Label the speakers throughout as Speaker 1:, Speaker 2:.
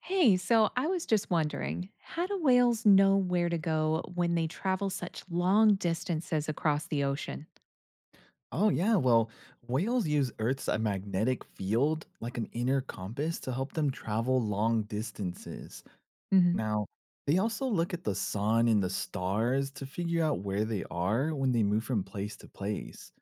Speaker 1: Hey, so I was just wondering, how do whales know where to go when they travel such long distances across the ocean?
Speaker 2: Oh, yeah. Well, whales use Earth's magnetic field like an inner compass to help them travel long distances.
Speaker 1: Hmm.
Speaker 2: Now, they also look at the sun and the stars to figure out where they are when they move from place to place.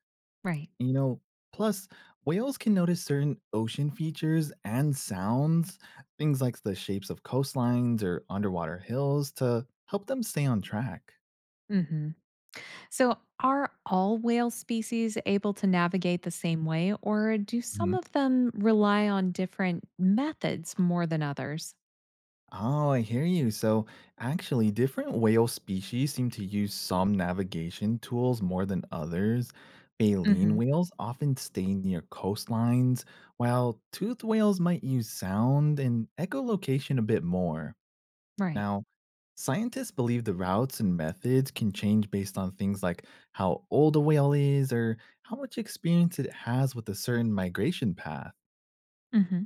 Speaker 1: Right.
Speaker 2: You know, plus, whales can notice certain ocean features and sounds, things like the shapes of coastlines or underwater hills, to help them stay on track.
Speaker 1: Hmm. So, are all whale species able to navigate the same way, or do some of them rely on different methods more than others?
Speaker 2: Oh, I hear you. So, actually, different whale species seem to use some navigation tools more than others. Baleen
Speaker 1: Hmm.
Speaker 2: whales often stay near coastlines, while toothed whales might use sound and echolocation a bit more.
Speaker 1: Right.
Speaker 2: Now, scientists believe the routes and methods can change based on things like how old a whale is or how much experience it has with a certain migration path.
Speaker 1: Hmm.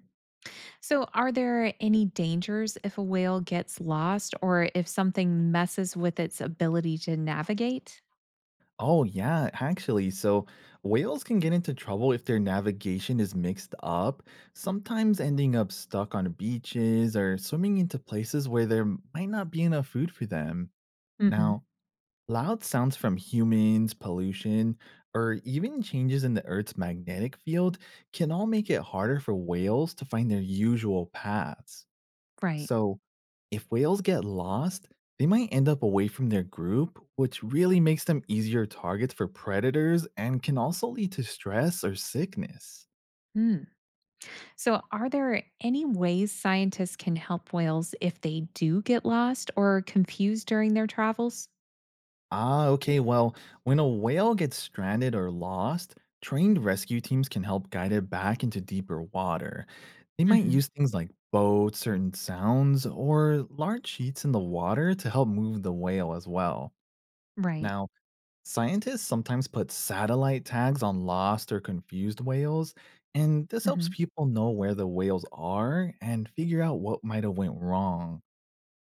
Speaker 1: So, are there any dangers if a whale gets lost or if something messes with its ability to navigate?
Speaker 2: Oh, yeah, actually. So whales can get into trouble if their navigation is mixed up, sometimes ending up stuck on beaches or swimming into places where there might not be enough food for them.
Speaker 1: Hmm.
Speaker 2: Now, loud sounds from humans, pollution, or even changes in the Earth's magnetic field can all make it harder for whales to find their usual paths.
Speaker 1: Right.
Speaker 2: So, if whales get lost, they might end up away from their group, which really makes them easier targets for predators and can also lead to stress or sickness.
Speaker 1: Hmm. So, are there any ways scientists can help whales if they do get lost or confused during their travels?
Speaker 2: Ah, okay, well, when a whale gets stranded or lost, trained rescue teams can help guide it back into deeper water. They might
Speaker 1: Hmm.
Speaker 2: use things like boats, certain sounds, or large sheets in the water to help move the whale as well.
Speaker 1: Right.
Speaker 2: Now, scientists sometimes put satellite tags on lost or confused whales, and this helps
Speaker 1: Hmm.
Speaker 2: people know where the whales are and figure out what might have went wrong.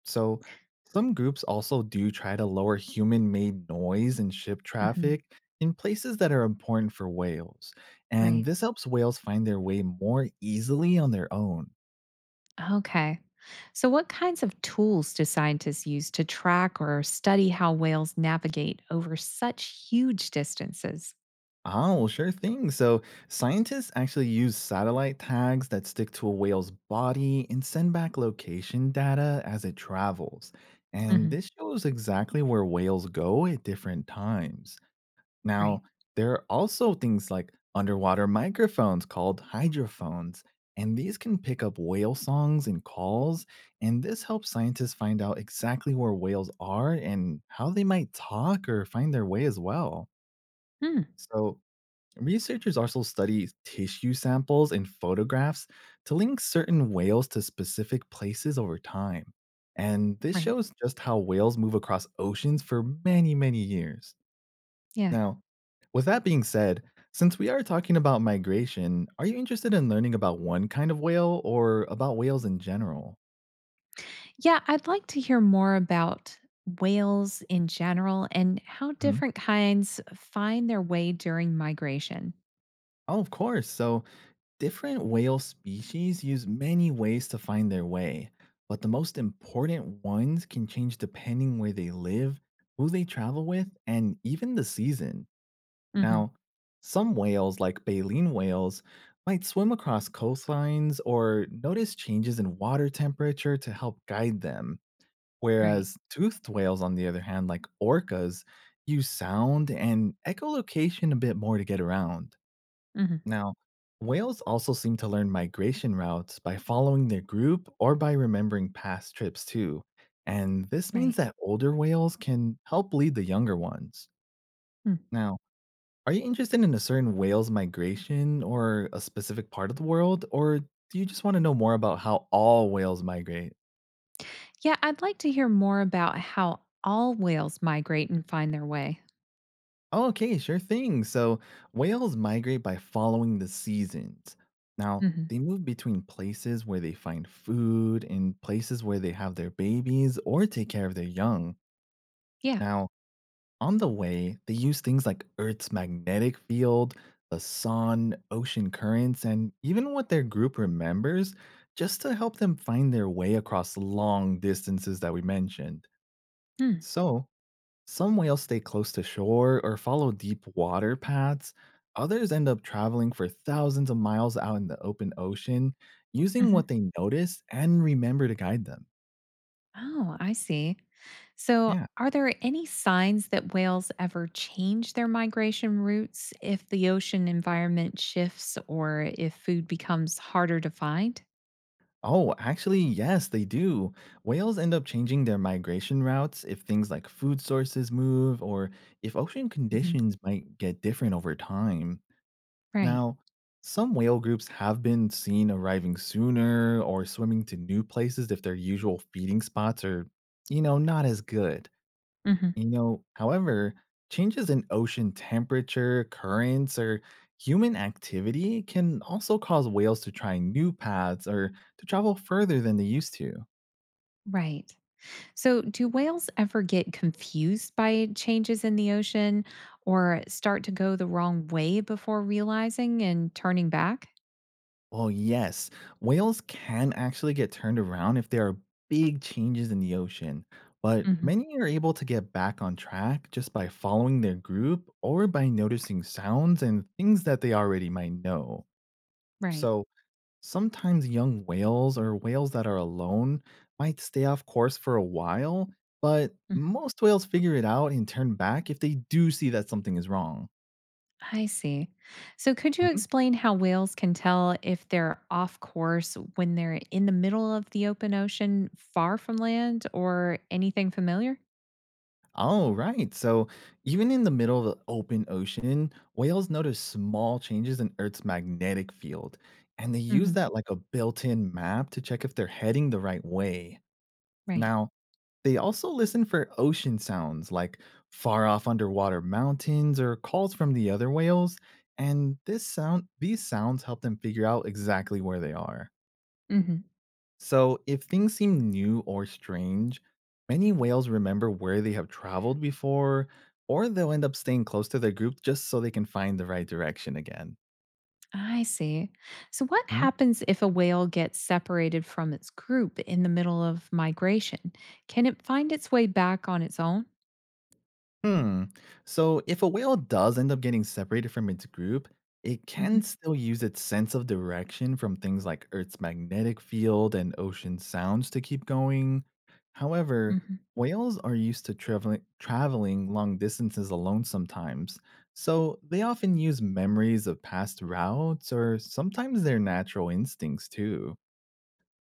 Speaker 2: So, some groups also do try to lower human-made noise in ship
Speaker 1: Hmm.
Speaker 2: traffic in places that are important for whales, and
Speaker 1: Right.
Speaker 2: this helps whales find their way more easily on their own.
Speaker 1: Okay. So, what kinds of tools do scientists use to track or study how whales navigate over such huge distances?
Speaker 2: Oh, well, sure thing. So, scientists actually use satellite tags that stick to a whale's body and send back location data as it travels. And
Speaker 1: Hmm.
Speaker 2: this shows exactly where whales go at different times.
Speaker 1: Right.
Speaker 2: Now, there are also things like underwater microphones called hydrophones, and these can pick up whale songs and calls. And this helps scientists find out exactly where whales are and how they might talk or find their way as well.
Speaker 1: Hmm.
Speaker 2: So, researchers also study tissue samples and photographs to link certain whales to specific places over time. And this
Speaker 1: Right.
Speaker 2: shows just how whales move across oceans for many, many years.
Speaker 1: Yeah.
Speaker 2: Now, with that being said, since we are talking about migration, are you interested in learning about one kind of whale or about whales in general?
Speaker 1: Yeah, I'd like to hear more about whales in general and how
Speaker 2: Mhm.
Speaker 1: different kinds find their way during migration.
Speaker 2: Oh, of course. So, different whale species use many ways to find their way, but the most important ones can change depending where they live, who they travel with, and even the season.
Speaker 1: Mhm.
Speaker 2: Now, some whales, like baleen whales, might swim across coastlines or notice changes in water temperature to help guide them,
Speaker 1: Right.
Speaker 2: whereas toothed whales, on the other hand, like orcas, use sound and echolocation a bit more to get around.
Speaker 1: Mhm.
Speaker 2: Now, whales also seem to learn migration routes by following their group or by remembering past trips, too. And this means
Speaker 1: Right.
Speaker 2: that older whales can help lead the younger ones.
Speaker 1: Hmm.
Speaker 2: Now, are you interested in a certain whale's migration or a specific part of the world, or do you just want to know more about how all whales migrate?
Speaker 1: Yeah, I'd like to hear more about how all whales migrate and find their way.
Speaker 2: Oh, okay, sure thing. So whales migrate by following the seasons. Now,
Speaker 1: Mhm.
Speaker 2: they move between places where they find food and places where they have their babies or take care of their young.
Speaker 1: Yeah.
Speaker 2: Now, on the way, they use things like Earth's magnetic field, the sun, ocean currents, and even what their group remembers just to help them find their way across long distances that we mentioned.
Speaker 1: Hmm.
Speaker 2: So, some whales stay close to shore or follow deep water paths. Others end up traveling for thousands of miles out in the open ocean, using what
Speaker 1: Mhm.
Speaker 2: they notice and remember to guide them.
Speaker 1: Oh, I see. So,
Speaker 2: Yeah.
Speaker 1: are there any signs that whales ever change their migration routes if the ocean environment shifts or if food becomes harder to find?
Speaker 2: Oh, actually, yes, they do. Whales end up changing their migration routes if things like food sources move or if ocean
Speaker 1: Mhm.
Speaker 2: conditions might get different over time.
Speaker 1: Right.
Speaker 2: Now, some whale groups have been seen arriving sooner or swimming to new places if their usual feeding spots are, you know, not as good.
Speaker 1: Mhm.
Speaker 2: You know, however, changes in ocean temperature, currents, or human activity can also cause whales to try new paths or to travel further than they used to.
Speaker 1: Right. So, do whales ever get confused by changes in the ocean or start to go the wrong way before realizing and turning back?
Speaker 2: Well, yes, whales can actually get turned around if there are big changes in the ocean, but
Speaker 1: Hmm.
Speaker 2: many are able to get back on track just by following their group or by noticing sounds and things that they already might know.
Speaker 1: Right.
Speaker 2: So sometimes young whales or whales that are alone might stay off course for a while, but
Speaker 1: Mhm.
Speaker 2: most whales figure it out and turn back if they do see that something is wrong.
Speaker 1: I see. So, could you explain how whales can tell if they're off course when they're in the middle of the open ocean, far from land or anything familiar?
Speaker 2: Oh, right. So, even in the middle of the open ocean, whales notice small changes in Earth's magnetic field, and they use
Speaker 1: Hmm.
Speaker 2: that like a built in map to check if they're heading the right way.
Speaker 1: Right.
Speaker 2: Now, they also listen for ocean sounds like far off underwater mountains or calls from the other whales, and this sound these sounds help them figure out exactly where they are.
Speaker 1: Hmm.
Speaker 2: So, if things seem new or strange, many whales remember where they have traveled before, or they'll end up staying close to their group just so they can find the right direction again.
Speaker 1: I see. So, what happens if a whale gets separated from its group in the middle of migration? Can it find its way back on its own?
Speaker 2: Hmm. So if a whale does end up getting separated from its group, it
Speaker 1: Hmm.
Speaker 2: can still use its sense of direction from things like Earth's magnetic field and ocean sounds to keep going. However, whales are used to traveling long distances alone sometimes. So they often use memories of past routes or sometimes their natural instincts too.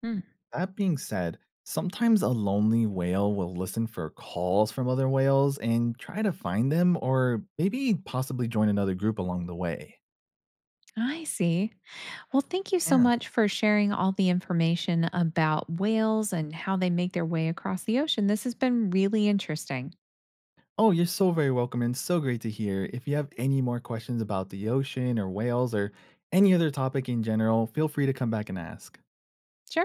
Speaker 1: Hmm.
Speaker 2: That being said, sometimes a lonely whale will listen for calls from other whales and try to find them or maybe possibly join another group along the way.
Speaker 1: I see. Well, thank you so
Speaker 2: Yeah.
Speaker 1: much for sharing all the information about whales and how they make their way across the ocean. This has been really interesting.
Speaker 2: Oh, you're so very welcome and so great to hear. If you have any more questions about the ocean or whales or any other topic in general, feel free to come back and ask.
Speaker 1: Sure.